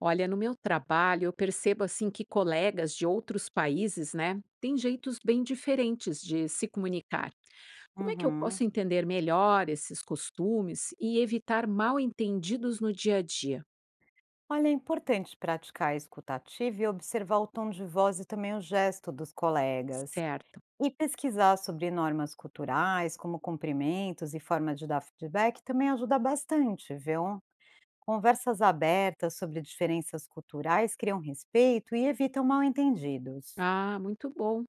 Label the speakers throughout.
Speaker 1: Olha, no meu trabalho, eu percebo assim que colegas de outros países, né, têm jeitos bem diferentes de se comunicar. Como é que eu
Speaker 2: Uhum.
Speaker 1: posso entender melhor esses costumes e evitar mal-entendidos no dia a dia?
Speaker 2: Olha, é importante praticar a escutativa e observar o tom de voz e também o gesto dos colegas.
Speaker 1: Certo.
Speaker 2: E pesquisar sobre normas culturais, como cumprimentos e forma de dar feedback também ajuda bastante, viu? Conversas abertas sobre diferenças culturais criam respeito e evitam mal-entendidos.
Speaker 1: Ah, muito bom.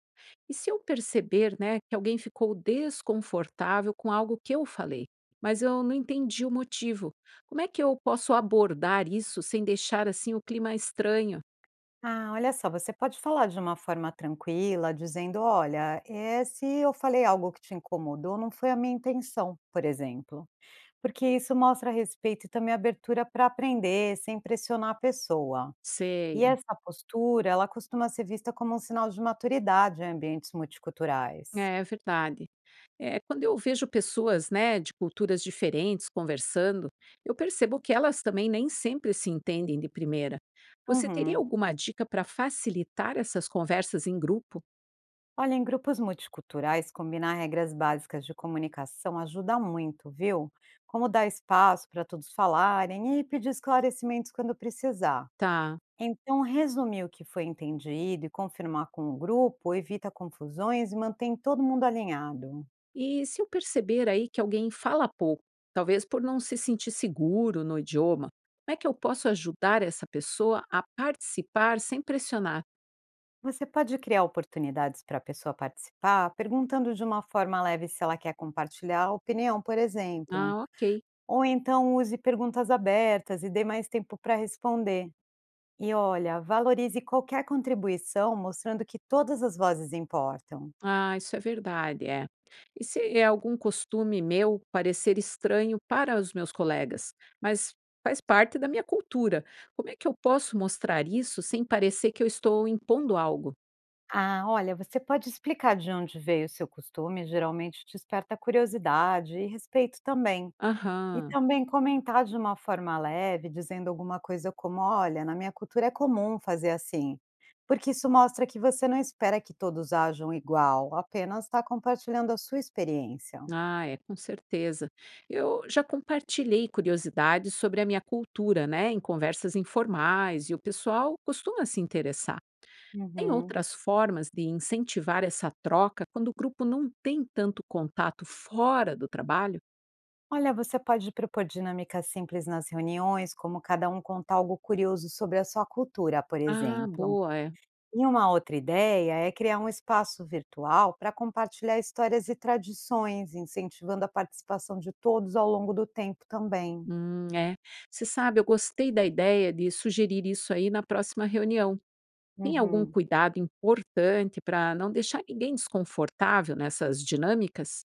Speaker 1: E se eu perceber, né, que alguém ficou desconfortável com algo que eu falei, mas eu não entendi o motivo, como é que eu posso abordar isso sem deixar assim o clima estranho?
Speaker 2: Ah, olha só, você pode falar de uma forma tranquila, dizendo: olha, é, se eu falei algo que te incomodou, não foi a minha intenção, por exemplo. Porque isso mostra respeito e também abertura para aprender, sem pressionar a pessoa. E
Speaker 1: Sei.
Speaker 2: essa postura, ela costuma ser vista como um sinal de maturidade em ambientes multiculturais.
Speaker 1: É, verdade. É, quando eu vejo pessoas, né, de culturas diferentes conversando, eu percebo que elas também nem sempre se entendem de primeira. Você teria
Speaker 2: Uhum.
Speaker 1: alguma dica para facilitar essas conversas em grupo?
Speaker 2: Olha, em grupos multiculturais, combinar regras básicas de comunicação ajuda muito, viu? Como dar espaço para todos falarem e pedir esclarecimentos quando precisar.
Speaker 1: Tá.
Speaker 2: Então, resumir o que foi entendido e confirmar com o grupo evita confusões e mantém todo mundo alinhado.
Speaker 1: E se eu perceber aí que alguém fala pouco, talvez por não se sentir seguro no idioma, como é que eu posso ajudar essa pessoa a participar sem pressionar?
Speaker 2: Você pode criar oportunidades para a pessoa participar, perguntando de uma forma leve se ela quer compartilhar a opinião, por exemplo.
Speaker 1: Ah, ok.
Speaker 2: Ou então use perguntas abertas e dê mais tempo para responder. E olha, valorize qualquer contribuição, mostrando que todas as vozes importam.
Speaker 1: Ah, isso é verdade, é. E se é algum costume meu parecer estranho para os meus colegas, mas faz parte da minha cultura, como é que eu posso mostrar isso sem parecer que eu estou impondo algo?
Speaker 2: Ah, olha, você pode explicar de onde veio o seu costume, geralmente desperta curiosidade e respeito também. E
Speaker 1: Aham.
Speaker 2: também comentar de uma forma leve, dizendo alguma coisa como: "Olha, na minha cultura é comum fazer assim", porque isso mostra que você não espera que todos ajam igual, apenas está compartilhando a sua experiência.
Speaker 1: Ah, é, com certeza. Eu já compartilhei curiosidades sobre a minha cultura, né, em conversas informais, e o pessoal costuma se interessar. Tem
Speaker 2: Uhum.
Speaker 1: outras formas de incentivar essa troca quando o grupo não tem tanto contato fora do trabalho?
Speaker 2: Olha, você pode propor dinâmicas simples nas reuniões, como cada um contar algo curioso sobre a sua cultura, por
Speaker 1: Ah,
Speaker 2: exemplo.
Speaker 1: boa, é.
Speaker 2: E uma outra ideia é criar um espaço virtual para compartilhar histórias e tradições, incentivando a participação de todos ao longo do tempo também.
Speaker 1: É. Você sabe, eu gostei da ideia de sugerir isso aí na próxima reunião. Tem algum
Speaker 2: Uhum.
Speaker 1: cuidado importante para não deixar ninguém desconfortável nessas dinâmicas?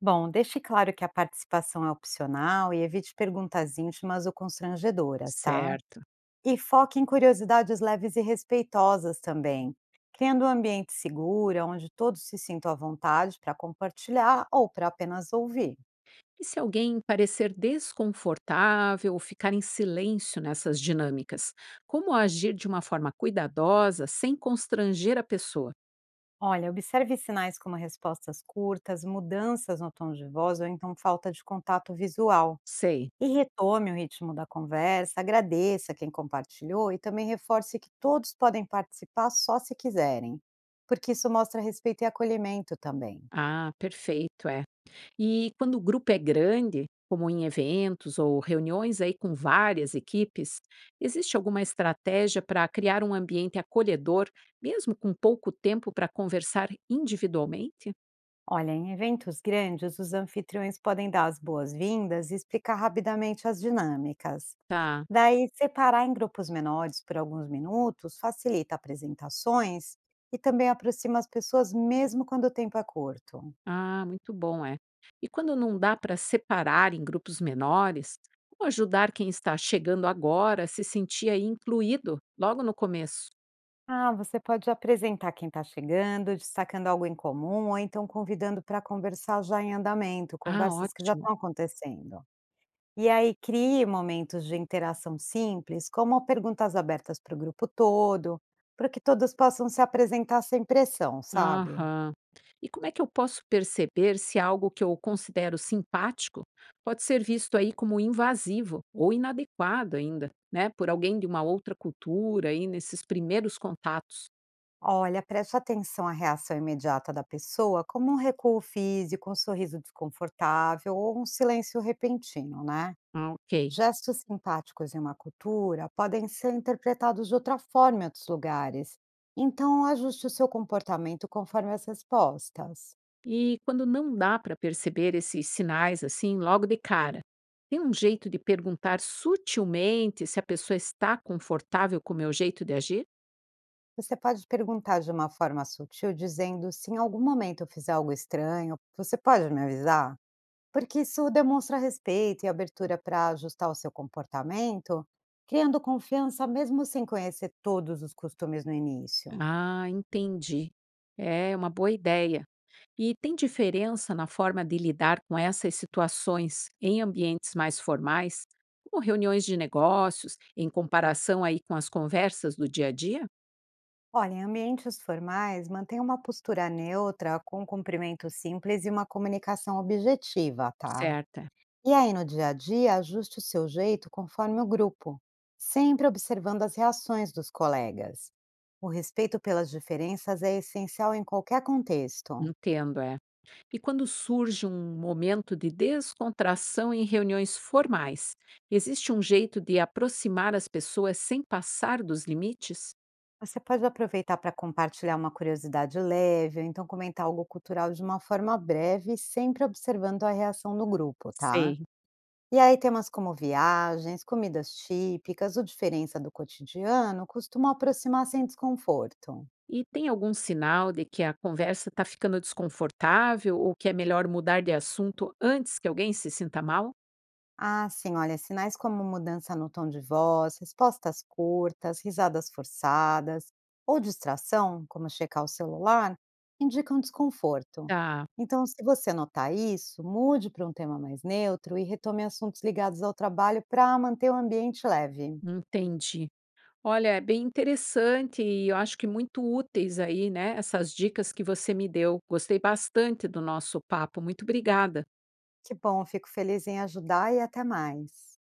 Speaker 2: Bom, deixe claro que a participação é opcional e evite perguntas íntimas ou constrangedoras, tá?
Speaker 1: Certo.
Speaker 2: E foque em curiosidades leves e respeitosas também, criando um ambiente seguro onde todos se sintam à vontade para compartilhar ou para apenas ouvir.
Speaker 1: E se alguém parecer desconfortável ou ficar em silêncio nessas dinâmicas, como agir de uma forma cuidadosa sem constranger a pessoa?
Speaker 2: Olha, observe sinais como respostas curtas, mudanças no tom de voz ou então falta de contato visual.
Speaker 1: Sei.
Speaker 2: E retome o ritmo da conversa, agradeça quem compartilhou e também reforce que todos podem participar só se quiserem, porque isso mostra respeito e acolhimento também.
Speaker 1: Ah, perfeito, é. E quando o grupo é grande, como em eventos ou reuniões aí com várias equipes, existe alguma estratégia para criar um ambiente acolhedor, mesmo com pouco tempo para conversar individualmente?
Speaker 2: Olha, em eventos grandes, os anfitriões podem dar as boas-vindas e explicar rapidamente as dinâmicas.
Speaker 1: Tá.
Speaker 2: Daí, separar em grupos menores por alguns minutos facilita apresentações e também aproxima as pessoas, mesmo quando o tempo é curto.
Speaker 1: Ah, muito bom, é. E quando não dá para separar em grupos menores, como ajudar quem está chegando agora a se sentir aí incluído logo no começo?
Speaker 2: Ah, você pode apresentar quem está chegando, destacando algo em comum, ou então convidando para conversar já em andamento,
Speaker 1: Ah,
Speaker 2: conversas que já
Speaker 1: ótimo.
Speaker 2: estão acontecendo. E aí crie momentos de interação simples, como perguntas abertas para o grupo todo, para que todos possam se apresentar sem pressão, sabe?
Speaker 1: Aham. E como é que eu posso perceber se algo que eu considero simpático pode ser visto aí como invasivo ou inadequado ainda, né, por alguém de uma outra cultura aí nesses primeiros contatos?
Speaker 2: Olha, preste atenção à reação imediata da pessoa, como um recuo físico, um sorriso desconfortável ou um silêncio repentino, né?
Speaker 1: Ah, ok.
Speaker 2: Gestos simpáticos em uma cultura podem ser interpretados de outra forma em outros lugares, então ajuste o seu comportamento conforme as respostas.
Speaker 1: E quando não dá para perceber esses sinais assim logo de cara, tem um jeito de perguntar sutilmente se a pessoa está confortável com o meu jeito de agir?
Speaker 2: Você pode perguntar de uma forma sutil, dizendo: se em algum momento eu fizer algo estranho, você pode me avisar? Porque isso demonstra respeito e abertura para ajustar o seu comportamento, criando confiança mesmo sem conhecer todos os costumes no início.
Speaker 1: Ah, entendi. É uma boa ideia. E tem diferença na forma de lidar com essas situações em ambientes mais formais, como reuniões de negócios, em comparação aí com as conversas do dia a dia?
Speaker 2: Olha, em ambientes formais, mantenha uma postura neutra, com um cumprimento simples e uma comunicação objetiva, tá?
Speaker 1: Certa,
Speaker 2: E aí, no dia a dia, ajuste o seu jeito conforme o grupo, sempre observando as reações dos colegas. O respeito pelas diferenças é essencial em qualquer contexto.
Speaker 1: entendo, é. E quando surge um momento de descontração em reuniões formais, existe um jeito de aproximar as pessoas sem passar dos limites?
Speaker 2: Você pode aproveitar para compartilhar uma curiosidade leve, ou então comentar algo cultural de uma forma breve, sempre observando a reação do grupo, tá?
Speaker 1: Sei.
Speaker 2: E aí temas como viagens, comidas típicas o diferença do cotidiano costumam aproximar sem desconforto.
Speaker 1: E tem algum sinal de que a conversa está ficando desconfortável ou que é melhor mudar de assunto antes que alguém se sinta mal?
Speaker 2: Ah, sim, olha, sinais como mudança no tom de voz, respostas curtas, risadas forçadas ou distração, como checar o celular, indicam desconforto.
Speaker 1: Tá,
Speaker 2: Então, se você notar isso, mude para um tema mais neutro e retome assuntos ligados ao trabalho para manter o ambiente leve.
Speaker 1: entendi. Olha, é bem interessante e eu acho que muito úteis aí, né? Essas dicas que você me deu. Gostei bastante do nosso papo. Muito obrigada.
Speaker 2: Que bom, fico feliz em ajudar e até mais.